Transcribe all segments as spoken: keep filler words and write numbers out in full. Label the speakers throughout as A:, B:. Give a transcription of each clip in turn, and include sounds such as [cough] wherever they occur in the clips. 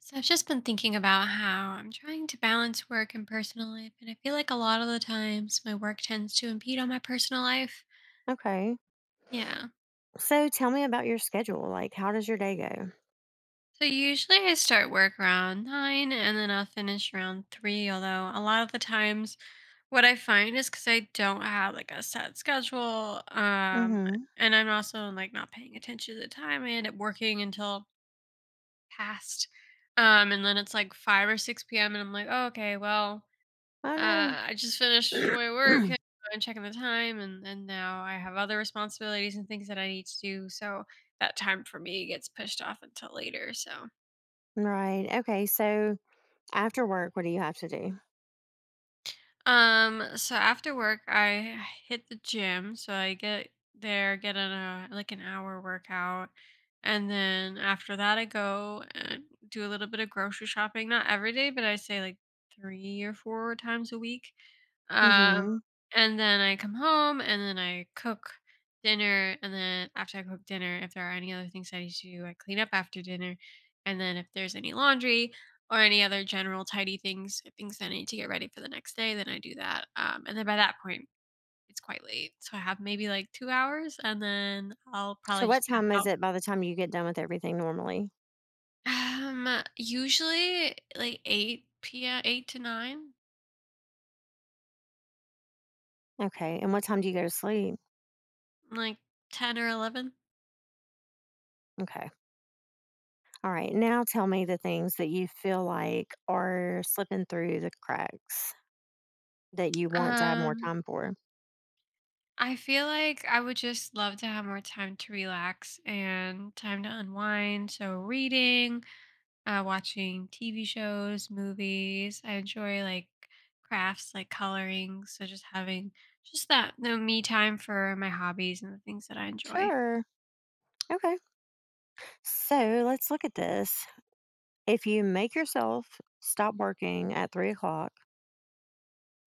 A: So I've just been thinking about how I'm trying to balance work and personal life, and I feel like a lot of the times my work tends to impede on my personal life.
B: Okay.
A: Yeah.
B: So tell me about your schedule. Like, how does your day go?
A: So usually I start work around nine, and then I'll finish around three, although a lot of the times what I find is because I don't have like a set schedule. Um
B: Mm-hmm.
A: and I'm also like not paying attention to the time. I end up working until past. Um and then it's like five or six p m, and I'm like, oh, okay, well,
B: Oh, no.
A: Uh, I just finished my work, and
B: [clears throat]
A: I'm checking the time, and and now I have other responsibilities and things that I need to do. So that time for me gets pushed off until later. So.
B: Right. Okay. So after work, what do you have to do?
A: Um, so after work, I hit the gym. So I get there, get in a like an hour workout, and then after that, I go and do a little bit of grocery shopping. Not every day, but I say like three or four times a week. Um,
B: Mm-hmm.
A: and then I come home, and then I cook dinner, and then after I cook dinner, if there are any other things I need to do, I clean up after dinner, and then if there's any laundry or any other general tidy things, things that I need to get ready for the next day, then I do that. Um, and then by that point, it's quite late. So I have maybe like two hours, and then I'll probably
B: So, what
A: just pass
B: time is
A: out.
B: it by the time you get done with everything normally?
A: Um, Usually like eight p m, eight to nine,
B: Okay. And what time do you go to sleep?
A: like ten or eleven.
B: Okay. All right. Now tell me the things that you feel like are slipping through the cracks that you want to have more
A: Um,
B: time for.
A: I feel like I would just love to have more time to relax and time to unwind. So reading, uh, watching T V shows, movies. I enjoy like crafts, like coloring. So just having just that the me time for my hobbies and the things that I enjoy.
B: Sure. Okay. So, let's look at this. If you make yourself stop working at three o'clock,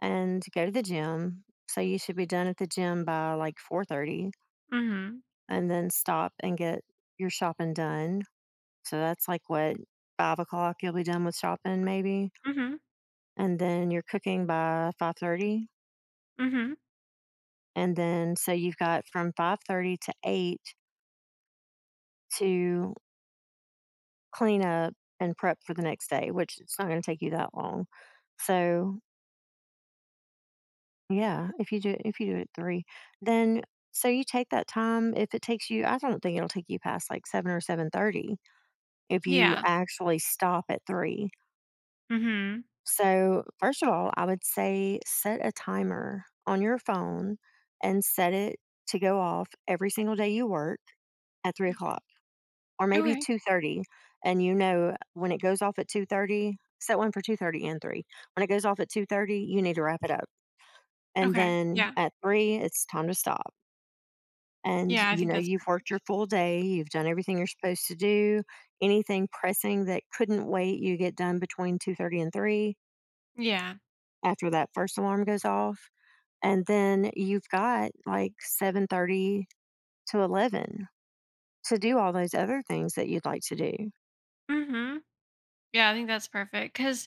B: and go to the gym. So you should be done at the gym by like four thirty,
A: Mm-hmm.
B: and then stop and get your shopping done. So that's like, what, five o'clock you'll be done with shopping maybe.
A: Mm-hmm.
B: And then you're cooking by five thirty.
A: Mm-hmm.
B: And then so you've got from five thirty to eight to clean up and prep for the next day, which it's not going to take you that long. So, yeah, if you do if you do it at three, then so you take that time, if it takes you I don't think it'll take you past, like, seven or seven thirty if you
A: Yeah.
B: actually stop at three.
A: Mm-hmm.
B: So, first of all, I would say set a timer on your phone and set it to go off every single day you work at three
A: Okay.
B: o'clock or maybe
A: Okay.
B: two thirty, and you know when it goes off at two thirty, set one for two thirty and three. When it goes off at two thirty, you need to wrap it up, and
A: Okay.
B: then
A: Yeah.
B: at three, it's time to stop. And
A: Yeah, I
B: you
A: think
B: know
A: that's
B: you've worked your
A: perfect.
B: full day, you've done everything you're supposed to do. Anything pressing that couldn't wait you get done between two thirty and three,
A: Yeah.
B: after that first alarm goes off, and then you've got like seven thirty to eleven to do all those other things that you'd like to do.
A: Mm-hmm. Yeah, I think that's perfect because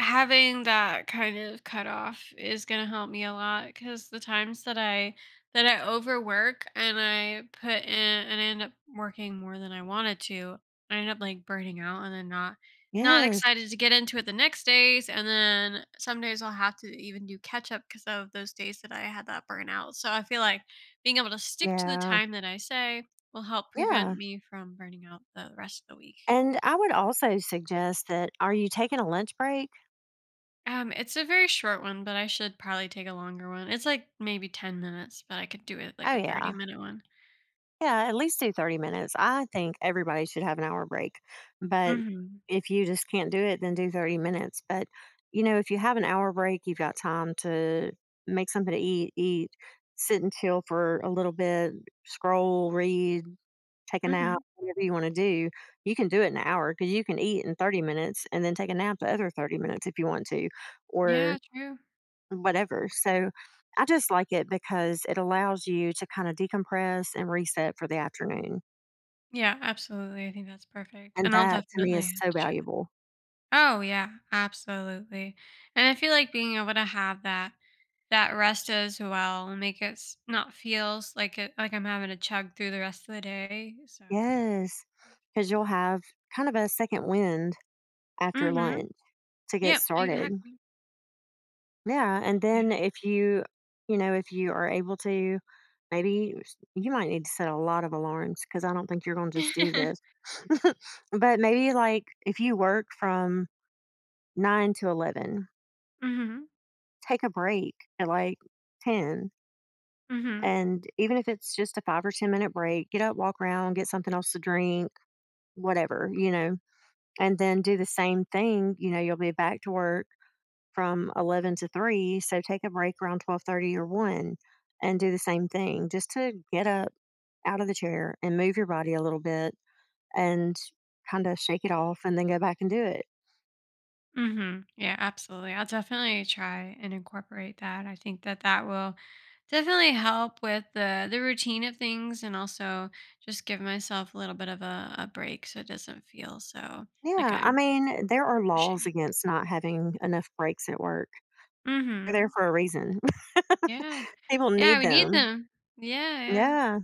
A: having that kind of cutoff is gonna help me a lot because the times that I that I overwork and I put in and I end up working more than I wanted to, I end up like burning out and then not not
B: Yes.
A: excited to get into it the next days. And then some days I'll have to even do catch up because of those days that I had that burnout. So I feel like being able to stick to the
B: Yeah,
A: time that I say will help
B: yeah.
A: prevent me from burning out the rest of the week.
B: And I would also suggest, that are you taking a lunch break?
A: Um, it's a very short one, but I should probably take a longer one. It's like maybe ten minutes, but I could do it like
B: Oh
A: a
B: yeah.
A: thirty-minute one.
B: Yeah, at least do thirty minutes. I think everybody should have an hour break. But
A: Mhm.
B: if you just can't do it, then do thirty minutes. But, you know, if you have an hour break, you've got time to make something to eat, eat, sit and chill for a little bit, scroll, read, take a nap,
A: Mhm.
B: whatever you want to do. You can do it in an hour because you can eat in thirty minutes and then take a nap the other thirty minutes if you want to, or
A: Yeah, true.
B: whatever. So, I just like it because it allows you to kind of decompress and reset for the afternoon.
A: Yeah, absolutely. I think that's perfect,
B: And
A: and I'll
B: that to me is
A: definitely have
B: so
A: to try that.
B: valuable.
A: Oh, yeah, absolutely, and I feel like being able to have that that rest as well will make it s not feels like it like I'm having to chug through the rest of the day, so.
B: Yes, because you'll have kind of a second wind after
A: Mhm.
B: lunch to get
A: Yep,
B: started.
A: exactly.
B: Yeah. And then
A: Yeah.
B: if you, you know, if you are able to, maybe s- you might need to set a lot of alarms because I don't think you're going to just do this.
A: [laughs]
B: [laughs] But maybe like if you work from nine to eleven,
A: Mhm.
B: take a break at like ten.
A: Mhm.
B: And even if it's just a five or ten minute break, get up, walk around, get something else to drink, whatever, you know, and then do the same thing. You know you'll be back to work from eleven to three, so take a break around twelve thirty or one and do the same thing, just to get up out of the chair and move your body a little bit, and kind of shake it off and then go back and do it.
A: Mm-hmm. Yeah, absolutely. I'll definitely try and incorporate that. I think that that will definitely help with the the routine of things, and also just give myself a little bit of a, a break, so it doesn't feel so like
B: Yeah, I
A: I'm
B: mean, there are laws
A: pushing.
B: against not having enough breaks at work. They're there
A: Mm-hmm.
B: for a reason. [laughs]
A: Yeah.
B: People
A: Yeah,
B: need
A: we need
B: them.
A: them. Yeah. Yeah.
B: Yeah.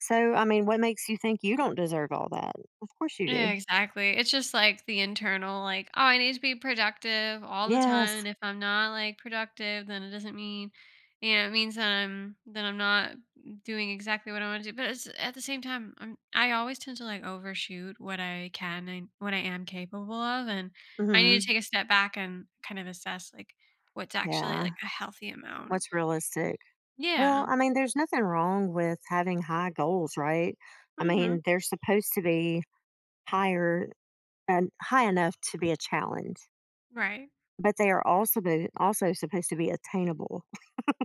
B: So I mean, what makes you think you don't deserve all that? Of course you
A: Yeah,
B: do.
A: exactly. It's just like the internal, like, oh, I need to be productive all the time.
B: Yes.
A: And if I'm not like productive, then it doesn't mean, you know, it means that I'm that I'm not doing exactly what I want to do. But it's at the same time, I'm I always tend to like overshoot what I can and what I am capable of, and I need to
B: Hmm.
A: take a step back and kind of assess like what's actually
B: Yeah.
A: like a healthy amount.
B: What's realistic? Well,
A: Yeah.
B: I mean, there's nothing wrong with having high goals, right? I
A: Mm-hmm.
B: mean, they're supposed to be higher and high enough to be a challenge,
A: Right.
B: but they are also be, also supposed to be attainable.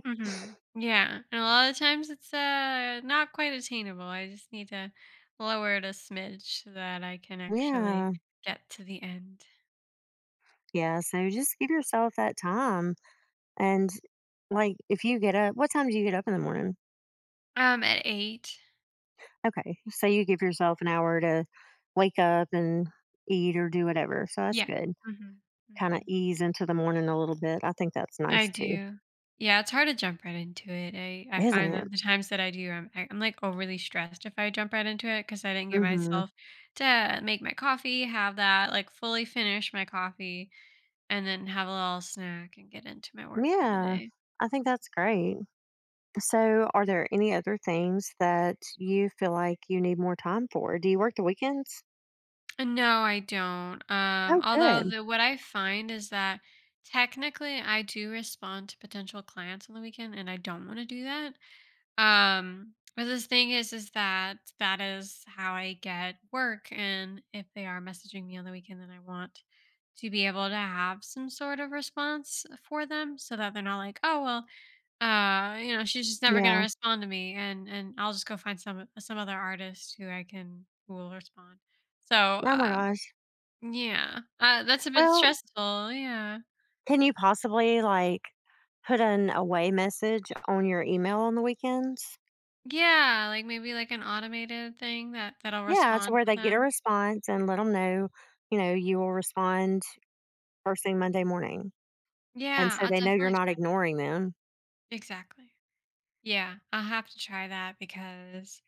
A: Mhm. Yeah, and a lot of times it's, uh, not quite attainable. I just need to lower it a smidge so that I can actually
B: Yeah.
A: get to the end.
B: Yeah, so just give yourself that time and, like, if you get up, what time do you get up in the morning?
A: Um, at eight?
B: Okay. So you give yourself an hour to wake up and eat or do whatever. So that's
A: Yeah.
B: good.
A: Mhm,
B: Kind of
A: mhm.
B: ease into the morning a little bit. I think that's
A: I
B: nice too,
A: do. Yeah, it's hard to jump right into it. I I
B: isn't
A: find
B: it?
A: that the times that I do, I'm I I'm, like, overly stressed if I jump right into it because I didn't get
B: Mhm.
A: myself to make my coffee, have that, like, fully finish my coffee, and then have a little snack and get into my work for the
B: Yeah.
A: day.
B: I think that's great. So, are there any other things that you feel like you need more time for? Do you work the weekends?
A: Uh, No, I don't. Um,
B: Oh,
A: although
B: good.
A: the what I find is that technically I do respond to potential clients on the weekend, and I don't want to do that. Um, but the thing is, is that that is how I get work, and if they are messaging me on the weekend, then I want to be able to have some sort of response for them, so that they're not like, oh, well, uh, you know, she's just never gonna
B: Yeah.
A: respond to me, and and I'll just go find some some other artist who I can who will respond. So
B: Oh my
A: uh,
B: gosh.
A: yeah. Uh, that's a bit
B: Well,
A: stressful, yeah.
B: can you possibly like put an away message on your email on the weekends?
A: Yeah, like, maybe, like, an automated thing that that'll
B: Yeah, to
A: respond
B: where
A: to
B: they get a
A: them.
B: response and let them know, you know, you will respond first thing Monday morning. And
A: Yeah,
B: so
A: I'll
B: they know you're
A: definitely
B: not
A: try that.
B: ignoring them.
A: Exactly. Yeah, I'll have to try that because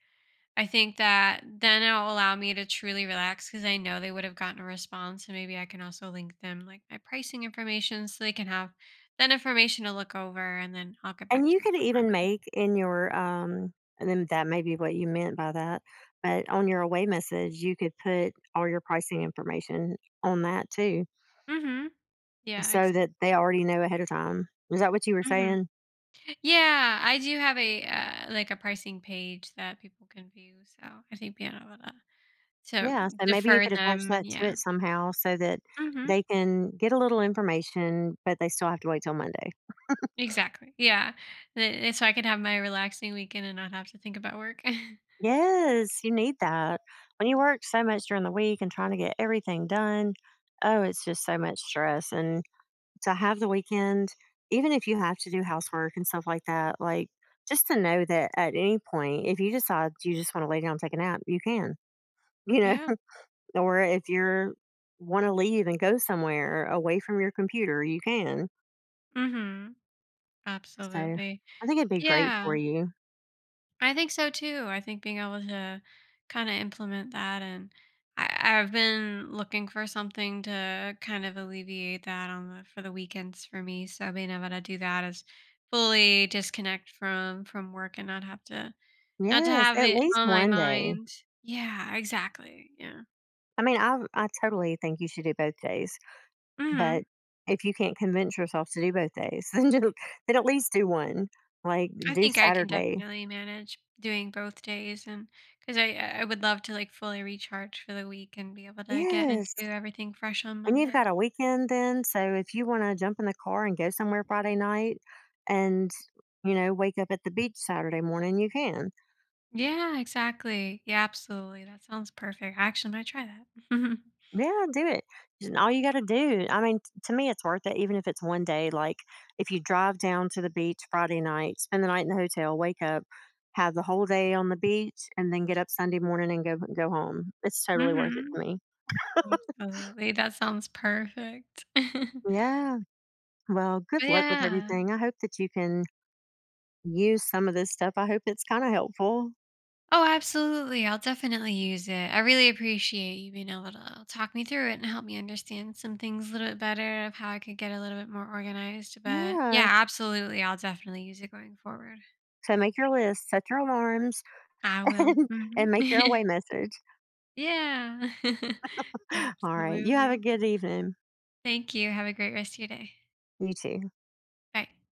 A: I think that then it'll allow me to truly relax because I know they would have gotten a response, and maybe I can also link them, like, my pricing information so they can have that information to look over, and then I'll get back
B: And
A: to
B: you
A: them
B: could
A: on
B: even
A: Monday.
B: make in your um and then that may be what you meant by that, but on your away message, you could put all your pricing information on that too,
A: Mhm. Yeah,
B: so
A: exactly.
B: that
A: exact
B: they already know ahead of time. Is that what you were
A: Mhm.
B: saying?
A: Yeah, I do have a uh, like a pricing page that people can view, so I think being able to to
B: Yeah. So maybe you
A: defer
B: could attach
A: them and
B: that
A: yeah.
B: to it somehow so that
A: Hmm.
B: they can get a little information, but they still have to wait till Monday.
A: Exactly, yeah. Th- so I can have my relaxing weekend and not have to think about work. [laughs]
B: Yes, you need that. When you
A: Mhm.
B: work so much during the week and trying to get everything done, oh, it's just so much stress. And to have the weekend, even if you have to do housework and stuff like that, like just to know that at any point, if you decide you just want to lay down and take a nap, you can, you know.
A: Yeah.
B: [laughs] Or if you're want to leave and go somewhere away from your computer, you can.
A: Hmm.
B: So
A: Absolutely,
B: I think it'd be great for
A: yeah.
B: you.
A: I think so too. I think being able to kind of implement that, and I, I've been looking for something to kind of alleviate that on the for the weekends for me. So being able to do that is fully disconnect from from work and not have to not to
B: Yes,
A: have
B: at
A: it
B: least
A: on my
B: one day.
A: mind. Yeah, exactly. Yeah.
B: I mean, I I totally think you should do both days, but
A: Hmm.
B: if you can't convince yourself to do both days, [laughs] then just, then at least do one. Like
A: I
B: do
A: think I can
B: Saturday.
A: definitely manage doing both days, and because I I would love to like fully recharge for the week and be able to get into
B: Yes.
A: everything fresh on
B: And you've
A: Monday.
B: got a weekend then, so if you wanna jump in the car and go somewhere Friday night and, you know, wake up at the beach Saturday morning, you can.
A: Yeah, exactly. Yeah, absolutely. That sounds perfect. I actually might try that. [laughs]
B: Yeah, do it. And all you gotta do, I mean, t to me, it's worth it even if it's one day, like, if you drive down to the beach Friday night, spend the night in the hotel, wake up, have the whole day on the beach, and then get up Sunday morning and go go home. It's totally worth it to
A: Mhm.
B: me.
A: Absolutely. That sounds perfect. [laughs]
B: Yeah. Well, good
A: But
B: luck with
A: yeah.
B: everything. I hope that you can use some of this stuff. I hope it's kinda helpful.
A: Oh, absolutely. I'll definitely use it. I really appreciate you being able to talk me through it and help me understand some things a little bit better of how I could get a little bit more organized. But
B: Yeah.
A: yeah, absolutely. I'll definitely use it going forward.
B: So make your list, set your alarms,
A: I
B: [laughs]
A: will.
B: and
A: Hmm.
B: and make your
A: [laughs]
B: away message.
A: Yeah. [laughs]
B: All right. You have a
A: Absolutely.
B: good evening.
A: Thank you. Have a great rest of your day.
B: You too.
A: Bye.